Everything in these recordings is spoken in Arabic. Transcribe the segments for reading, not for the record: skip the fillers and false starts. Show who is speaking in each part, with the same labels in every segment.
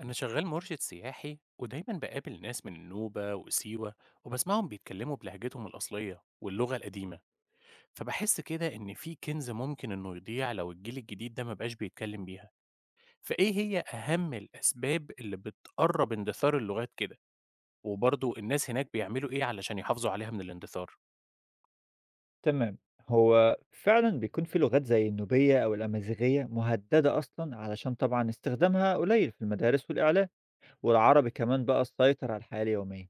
Speaker 1: أنا شغال مرشد سياحي ودايما بقابل ناس من النوبة وسيوة، وبسمعهم بيتكلموا بلهجتهم الأصلية واللغة القديمة، فبحس كده إن في كنز ممكن إنه يضيع لو الجيل الجديد ده ما بقاش بيتكلم بيها. فإيه هي أهم الأسباب اللي بتقرب اندثار اللغات كده؟ وبرضه الناس هناك بيعملوا إيه علشان يحافظوا عليها من الاندثار؟
Speaker 2: تمام. هو فعلا بيكون في لغات زي النوبية أو الأمازيغية مهددة أصلا علشان طبعا استخدامها قليل في المدارس والإعلام، والعربي كمان بقى سيطر على الحياة اليومية.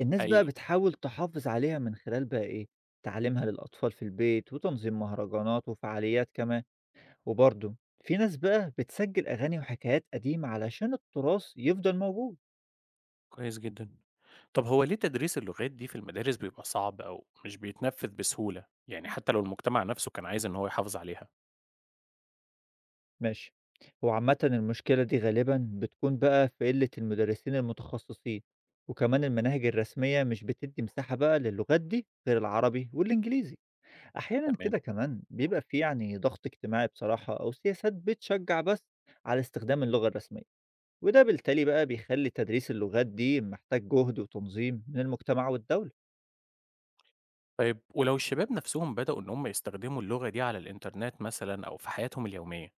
Speaker 2: الناس بقى
Speaker 1: حقيقي.
Speaker 2: بتحاول تحافظ عليها من خلال بقى إيه، تعليمها للأطفال في البيت وتنظيم مهرجانات وفعاليات كمان، وبرضه في ناس بقى بتسجل أغاني وحكايات قديمة علشان التراث يفضل موجود.
Speaker 1: كويس جدا. طب هو ليه تدريس اللغات دي في المدارس بيبقى صعب أو مش بيتنفذ بسهولة، يعني حتى لو المجتمع نفسه كان عايز إن هو يحافظ عليها؟
Speaker 2: ماشي. هو عامةً المشكلة دي غالبًا بتكون بقى في قِلّة المدرسين المتخصصين، وكمان المناهج الرسمية مش بتدّي مساحة بقى للغات دي غير العربي والإنجليزي. أحيانًا
Speaker 1: تمام.
Speaker 2: كده كمان بيبقى في يعني ضغط اجتماعي بصراحة أو سياسات بتشجّع بس على استخدام اللغة الرسمية، وده بالتالي بقى بيخلّي تدريس اللغات دي محتاج جهد وتنظيم من المجتمع والدولة.
Speaker 1: طيب ولو الشباب نفسهم بدأوا إن هم يستخدموا اللغة دي على الإنترنت مثلا أو في حياتهم اليومية،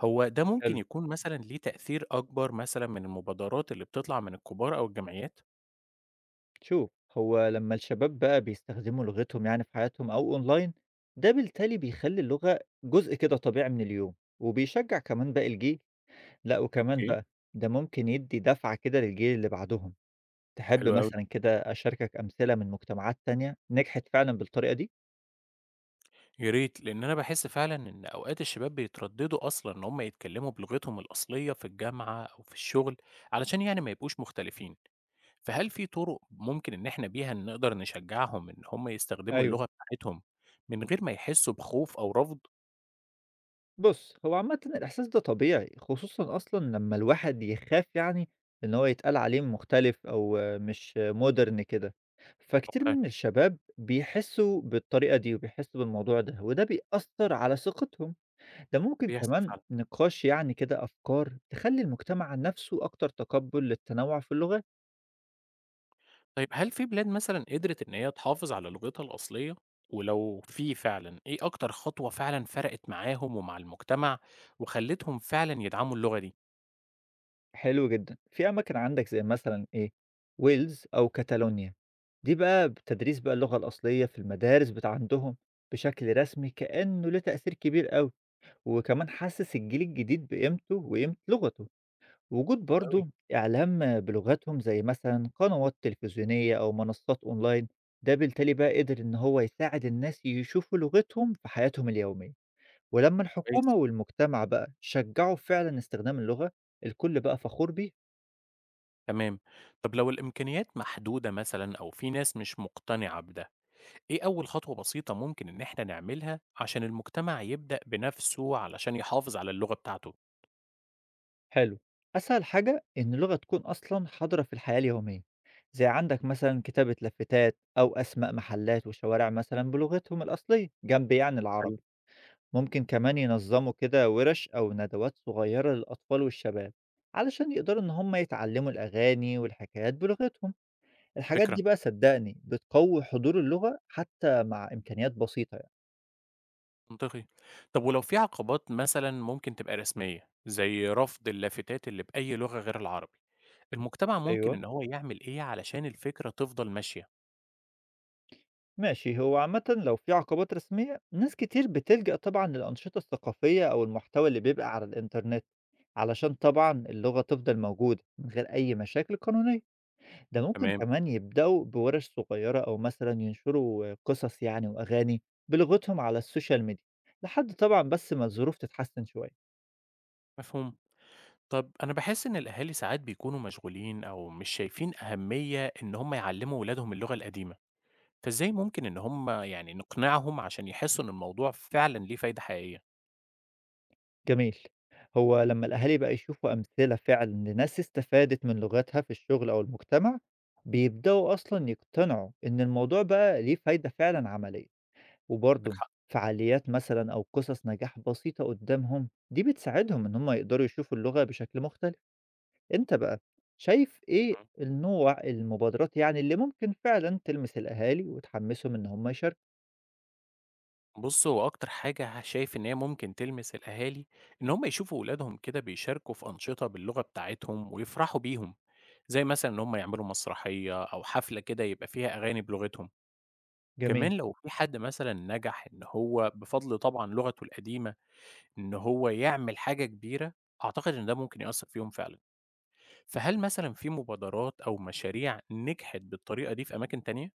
Speaker 1: هو ده ممكن
Speaker 2: حلو.
Speaker 1: يكون مثلا ليه تأثير أكبر مثلا من المبادرات اللي بتطلع من الكبار أو الجمعيات؟
Speaker 2: شوف، هو لما الشباب بقى بيستخدموا لغتهم يعني في حياتهم أو أونلاين، ده بالتالي بيخلي اللغة جزء كده طبيعي من اليوم، وبيشجع كمان باقي الجيل. لا، وكمان
Speaker 1: أوكي.
Speaker 2: بقى ده ممكن يدي دفعة كده للجيل اللي بعدهم. تحب
Speaker 1: حلو أوي،
Speaker 2: مثلا كده أشاركك أمثلة من مجتمعات تانية نجحت فعلا بالطريقة دي؟
Speaker 1: يا ريت، لأن أنا بحس فعلا إن أوقات الشباب بيترددوا أصلا إن هم يتكلموا بلغتهم الأصلية في الجامعة أو في الشغل، علشان يعني ما يبقوش مختلفين. فهل في طرق ممكن إن إحنا بيها نقدر نشجعهم إن هم يستخدموا
Speaker 2: ايوه.
Speaker 1: اللغة بتاعتهم من غير ما يحسوا بخوف أو رفض؟
Speaker 2: بُص، هو عامةً الإحساس ده طبيعي، خصوصًا أصلًا لمّا الواحد يخاف يعني إن هو يتقال عليه مختلف أو مش modern كده، فكتير
Speaker 1: أوكي.
Speaker 2: من الشباب بيحسّوا بالطريقة دي وبيحسّوا بالموضوع ده، وده بيأثّر على ثقتهم، ده ممكن
Speaker 1: بيحصل
Speaker 2: كمان
Speaker 1: فعلا.
Speaker 2: نقاش يعني كده أفكار تخلّي المجتمع نَفْسه أكتر تقبُّل للتنوُّع في اللغات.
Speaker 1: طيب هل في بلاد مثلًا قدرت إن هي تحافظ على لغتها الأصلية؟ ولو في فعلًا، إيه أكتر خطوة فعلًا فرقت معاهم ومع المجتمع، وخلّتهم فعلًا يدعموا اللغة دي؟
Speaker 2: حلو جدًا. في أماكن عندك زي مثلًا إيه، ويلز أو كاتالونيا، دي بقى بتدريس بقى اللغة الأصلية في المدارس بتاع عندهم بشكل رسمي كأنه له تأثير كبير أوي، وكمان حسّس الجيل الجديد بقيمته وقيمة لغته. وجود
Speaker 1: حلو أوي.
Speaker 2: برضه إعلام بلغتهم زي مثلًا قنوات تلفزيونية أو منصات أونلاين، ده بالتالي بقى قدر إن هو يساعد الناس يشوفوا لغتهم في حياتهم اليومية. ولمّا
Speaker 1: كويس.
Speaker 2: الحكومة والمجتمع بقى شجّعوا فعلًا استخدام اللغة، الكل بقى فخور بيها.
Speaker 1: تمام. طب لو الإمكانيات محدودة مثلًا أو في ناس مش مقتنعة بده، إيه أول خطوة بسيطة ممكن إن إحنا نعملها عشان المجتمع يبدأ بنفسه علشان يحافظ على اللغة بتاعته؟
Speaker 2: حلو. أسهل حاجة إن اللغة تكون أصلًا حاضرة في الحياة اليومية، زي عندك مثلًا كتابة لافتات أو أسماء محلات وشوارع مثلًا بلغتهم الأصلية جنب يعني
Speaker 1: حلو.
Speaker 2: العربي، ممكن كمان ينظموا كده ورش أو ندوات صغيرة للأطفال والشباب، علشان يقدروا إن هم يتعلموا الأغاني والحكايات بلغتهم، الحاجات دي
Speaker 1: فكرة.
Speaker 2: بقى صدقني بتقوي حضور اللغة حتى مع إمكانيات بسيطة يعني.
Speaker 1: منطقي. طب ولو في عقبات مثلًا ممكن تبقى رسمية، زي رفض اللافتات اللي بأي لغة غير العربي، المجتمع ممكن
Speaker 2: أيوه.
Speaker 1: إن هو يعمل إيه علشان الفكرة تفضل ماشية؟
Speaker 2: ماشي، هو عامة لو في عقوبات رسمية ناس كتير بتلجأ طبعا للأنشطة الثقافية أو المحتوى اللي بيبقى على الإنترنت علشان طبعا اللغة تفضل موجودة من غير أي مشاكل قانونية. ده ممكن
Speaker 1: تمام.
Speaker 2: كمان يبدأوا بورش صغيرة أو مثلا ينشروا قصص يعني وأغاني بلغتهم على السوشيال ميديا لحد طبعا بس ما الظروف تتحسن شوية.
Speaker 1: مفهوم. طب أنا باحس إن الأهالي ساعات بيكونوا مشغولين أو مش شايفين أهمية إن هم يعلموا ولادهم اللغة القديمة، فإزاي ممكن إن هم يعني نقنعهم عشان يحسوا إن الموضوع فعلًا ليه فايدة حقيقية؟
Speaker 2: جميل. هو لمّا الأهالي بقى يشوفوا أمثلة فعلًا لناس استفادت من لغتها في الشغل أو المجتمع، بيبدأوا أصلًا يقتنعوا إن الموضوع بقى ليه فايدة فعلًا عملية،
Speaker 1: عندك
Speaker 2: وبرضه
Speaker 1: حق.
Speaker 2: فعاليات مثلًا أو قصص نجاح بسيطة قدامهم، دي بتساعدهم إن هم يقدروا يشوفوا اللغة بشكل مختلف. أنت بقى شايف إيه النوع المبادرات يعني اللي ممكن فعلًا تلمس الأهالي وتحمسهم إن هم يشاركوا؟
Speaker 1: بُص، هو أكتر حاجة شايف إن هي ممكن تلمس الأهالي، إن هم يشوفوا ولادهم كده بيشاركوا في أنشطة باللغة بتاعتهم ويفرحوا بيهم، زي مثلًا إن هم يعملوا مسرحية أو حفلة كده يبقى فيها أغاني بلغتهم.
Speaker 2: جميل.
Speaker 1: كمان لو في حد مثلًا نجح إن هو بفضل طبعًا لغته القديمة، إن هو يعمل حاجة كبيرة، أعتقد إن ده ممكن يأثّر فيهم فعلًا. فهل مثلًا في مبادرات أو مشاريع نجحت بالطريقة دي في أماكن تانية؟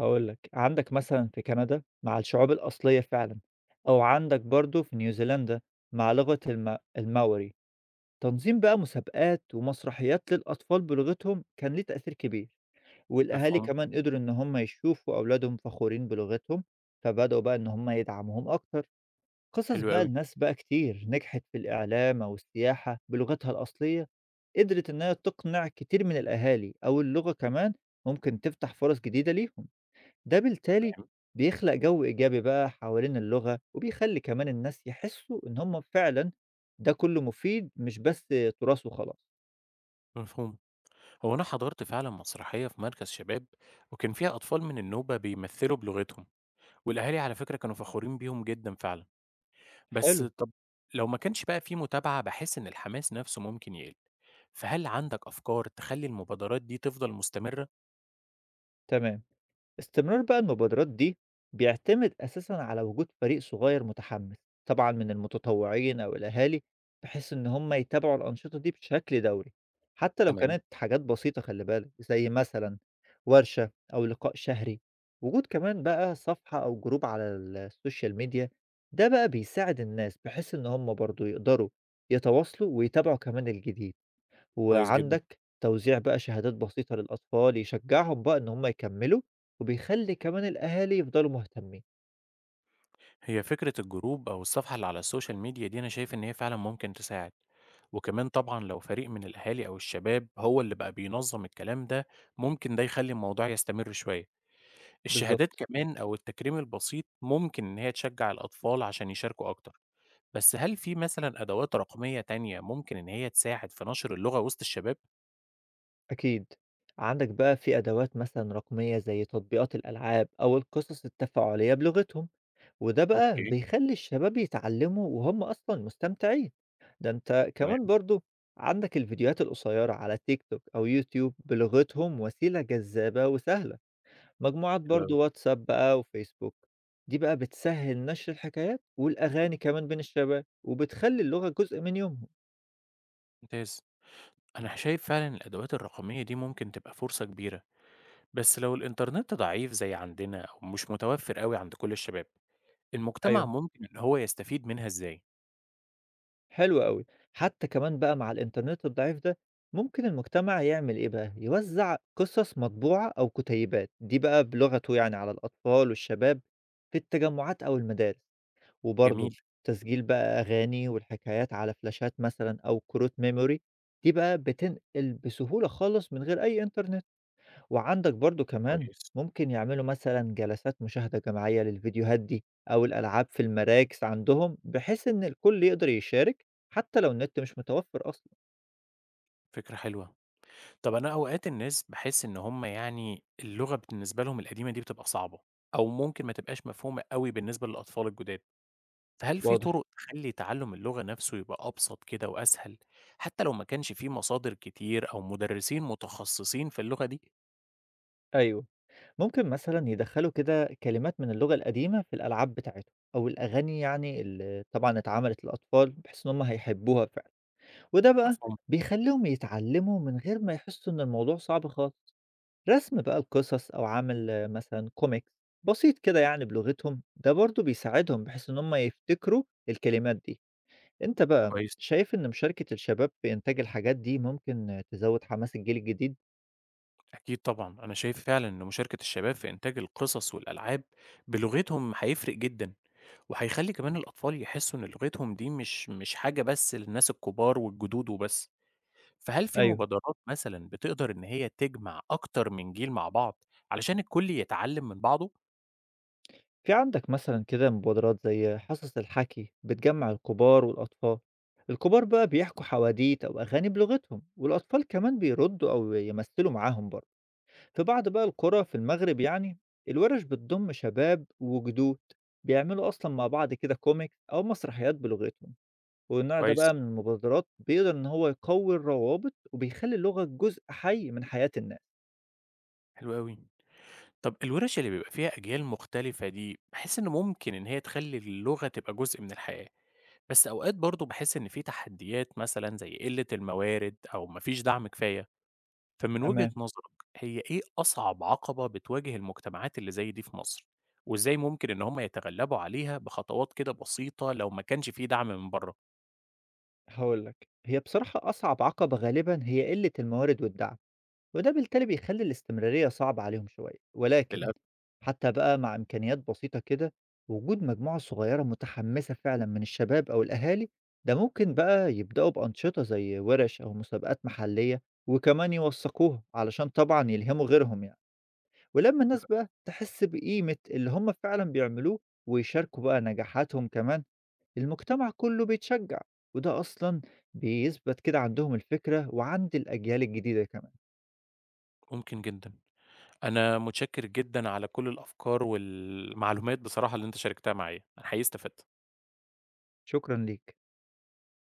Speaker 2: هاقول لك، عندك مثلًا في كندا مع الشعوب الأصلية فعلًا، أو عندك برضه في نيوزيلندا مع لغة الماوري، تنظيم بقى مسابقات ومسرحيات للأطفال بلغتهم كان ليه تأثير كبير، والأهالي
Speaker 1: مفهوم.
Speaker 2: كمان قدروا إن هم يشوفوا أولادهم فخورين بلغتهم، فبدأوا بقى إن هم يدعموهم أكتر، قصص
Speaker 1: حلو
Speaker 2: بقى
Speaker 1: أوي.
Speaker 2: لناس بقى كتير نجحت في الإعلام أو السياحة بلغتها الأصلية، قدرت إن هي تقنع كتير من الأهالي، أو اللغة كمان ممكن تفتح فرص جديدة ليهم. ده بالتالي
Speaker 1: تمام.
Speaker 2: بيخلق جو إيجابي بقى حوالين اللغة وبيخلي كمان الناس يحسوا إن هم فعلا ده كله مفيد مش بس تراث وخلاص.
Speaker 1: مفهوم. هو أنا حضرت فعلا مسرحية في مركز شباب، وكان فيها أطفال من النوبة بيمثلوا بلغتهم، والأهالي على فكرة كانوا فخورين بيهم جدا فعلا. بس
Speaker 2: حلو.
Speaker 1: طب لو ما كانش بقى في متابعة، بحس إن الحماس نفسه ممكن يقل. فهل عندك أفكار تخلي المبادرات دي تفضل مستمرة؟
Speaker 2: تمام. استمرار بقى المبادرات دي بيعتمد أساسا على وجود فريق صغير متحمس طبعا من المتطوعين أو الأهالي، بحيث إن هم يتابعوا الأنشطة دي بشكل دوري حتى لو
Speaker 1: تمام.
Speaker 2: كانت حاجات بسيطة، خلي بالك زي مثلا ورشة أو لقاء شهري. وجود كمان بقى صفحة أو جروب على السوشيال ميديا، ده بقى بيساعد الناس بحيث إن هم برضو يقدروا يتواصلوا ويتابعوا كمان الجديد.
Speaker 1: كويس جدا.
Speaker 2: وعندك توزيع بقى شهادات بسيطة للأطفال يشجعهم بقى إن هم يكملوا وبيخلي كمان الأهالي يفضلوا مهتمين.
Speaker 1: هي فكرة الجروب أو الصفحة اللي على السوشيال ميديا دي أنا شايف إن هي فعلا ممكن تساعد، وكمان طبعا لو فريق من الأهالي أو الشباب هو اللي بقى بينظم الكلام ده، ممكن ده يخلي الموضوع يستمر شوية. الشهادات
Speaker 2: بالظبط.
Speaker 1: كمان أو التكريم البسيط ممكن إن هي تشجّع الأطفال عشان يشاركوا أكتر. بس هل في مثلًا أدوات رقمية تانية ممكن إن هي تساعد في نشر اللغة وسط الشباب؟
Speaker 2: أكيد. عندك بقى في أدوات مثلا رقمية زي تطبيقات الألعاب أو القصص التفاعلية بلغتهم، وده بقى
Speaker 1: أوكي.
Speaker 2: بيخلي الشباب يتعلموا وهم أصلا مستمتعين. ده أنت
Speaker 1: تمام.
Speaker 2: كمان برضو عندك الفيديوهات القصيرة على تيك توك أو يوتيوب بلغتهم وسيلة جذابة وسهلة. مجموعات
Speaker 1: حلو أوي.
Speaker 2: برضه واتساب بقى وفيسبوك، دي بقى بتسهّل نشر الحكايات والأغاني كمان بين الشباب، وبتخلّي اللغة جزء من يومهم.
Speaker 1: ممتاز. أنا شايف فعلًا الأدوات الرقمية دي ممكن تبقى فرصة كبيرة، بس لو الإنترنت ضعيف زي عندنا أو مش متوفر أوي عند كل الشباب، المجتمع
Speaker 2: أيوه.
Speaker 1: ممكن إن هو يستفيد منها إزاي؟
Speaker 2: حلو أوي. حتى كمان بقى مع الإنترنت الضعيف ده، ممكن المجتمع يعمل إيه بقى، يوزّع قصص مطبوعة أو كتيبات، دي بقى بلغته يعني على الأطفال والشباب في التجمعات أو المدارس، وبرضه
Speaker 1: جميل.
Speaker 2: تسجيل بقى أغاني والحكايات على فلاشات مثلًا أو كروت memory، دي بقى بتنقل بسهولة خالص من غير أي إنترنت. وعندك برضو كمان
Speaker 1: كويس.
Speaker 2: ممكن يعملوا مثلا جلسات مشاهدة جماعية للفيديوهات دي أو الألعاب في المراكز عندهم بحيث إن الكل يقدر يشارك حتى لو النت مش متوفر أصلا.
Speaker 1: فكرة حلوة. طب أنا أوقات الناس باحس إن هم يعني اللغة بالنسبة لهم القديمة دي بتبقى صعبة، أو ممكن ما تبقاش مفهومة أوي بالنسبة للأطفال الجداد، فهل في
Speaker 2: واضح.
Speaker 1: طرق تخلّي تعلُّم اللغة نفسه يبقى أبسط كده وأسهل، حتى لو ما كانش في مصادر كتير أو مدرسين متخصصين في اللغة دي؟
Speaker 2: أيوه. ممكن مثلا يدخلوا كده كلمات من اللغة القديمة في الألعاب بتاعتهم أو الأغاني يعني اللي طبعا اتعملت للأطفال بحيث إن هم هيحبوها فعلا، وده بقى
Speaker 1: مفهوم.
Speaker 2: بيخليهم يتعلموا من غير ما يحسوا إن الموضوع صعب خالص. رسم بقى القصص أو عمل مثلًا comics بسيط كده يعني بلغتهم، ده برضه بيساعدهم بحيث إن هم يفتكروا الكلمات دي. أنت بقى
Speaker 1: كويس.
Speaker 2: شايف إن مشاركة الشباب في إنتاج الحاجات دي ممكن تزود حماس الجيل الجديد؟
Speaker 1: أكيد طبعًا، أنا شايف فعلًا إن مشاركة الشباب في إنتاج القصص والألعاب بلغتهم هيفرق جدًا، وهيخلّي كمان الأطفال يحسّوا إن لغتهم دي مش حاجة بس للناس الكبار والجدود وبس. فهل في
Speaker 2: أيوه.
Speaker 1: مبادرات مثلًا بتقدر إن هي تجمع أكتر من جيل مع بعض، علشان الكل يتعلم من بعضه؟
Speaker 2: في عندك مثلًا كده مبادرات زي حصص الحكي بتجمع الكبار والأطفال. الكبار بقى بيحكوا حواديت أو أغاني بلغتهم، والأطفال كمان بيردوا أو يمثلوا معاهم برضه. في بعض بقى القرى في المغرب يعني الورش بتضم شباب وجدود بيعملوا أصلا مع بعض كده كوميكس أو مسرحيات بلغتهم، والنوع ده
Speaker 1: كويس.
Speaker 2: بقى من المبادرات بيقدر إن هو يقوي الروابط وبيخلي اللغة جزء حي من حياة الناس.
Speaker 1: حلو أوي. طب الورش اللي بيبقى فيها أجيال مختلفة دي، باحس إن ممكن إن هي تخلّي اللغة تبقى جزء من الحياة، بس أوقات برضه باحس إن في تحديات مثلًا زي قلة الموارد أو ما فيش دعم كفاية، فمن وجهة
Speaker 2: تمام.
Speaker 1: نظرك هي إيه أصعب عقبة بتواجه المجتمعات اللي زي دي في مصر؟ وإزاي ممكن إن هم يتغلبوا عليها بخطوات كده بسيطة لو ما كانش في دعم من برّه؟
Speaker 2: هقولك، هي بصراحة أصعب عقبة غالبا هي قلة الموارد والدعم، وده بالتالي بيخلّي الاستمرارية صعبة عليهم شوية، ولكن
Speaker 1: للأ.
Speaker 2: حتى بقى مع إمكانيات بسيطة كده، وجود مجموعة صغيرة متحمسة فعلًا من الشباب أو الأهالي، ده ممكن بقى يبدأوا بأنشطة زي وِرَش أو مسابقات محلية، وكمان يوثّقوها علشان طبعًا يلهموا غيرهم يعني، ولمّا الناس بقى تحس بقيمة اللي هم فعلًا بيعملوه، ويشاركوا بقى نجاحاتهم كمان، المجتمع كلّه بيتشجّع، وده أصلًا بيثبت كده عندهم الفكرة وعند الأجيال الجديدة كمان.
Speaker 1: ممكن جدًا. أنا متشكر جدًا على كل الأفكار والمعلومات بصراحة اللي أنت شاركتها معايا، أنا حقيقي استفدت.
Speaker 2: شكرًا ليك.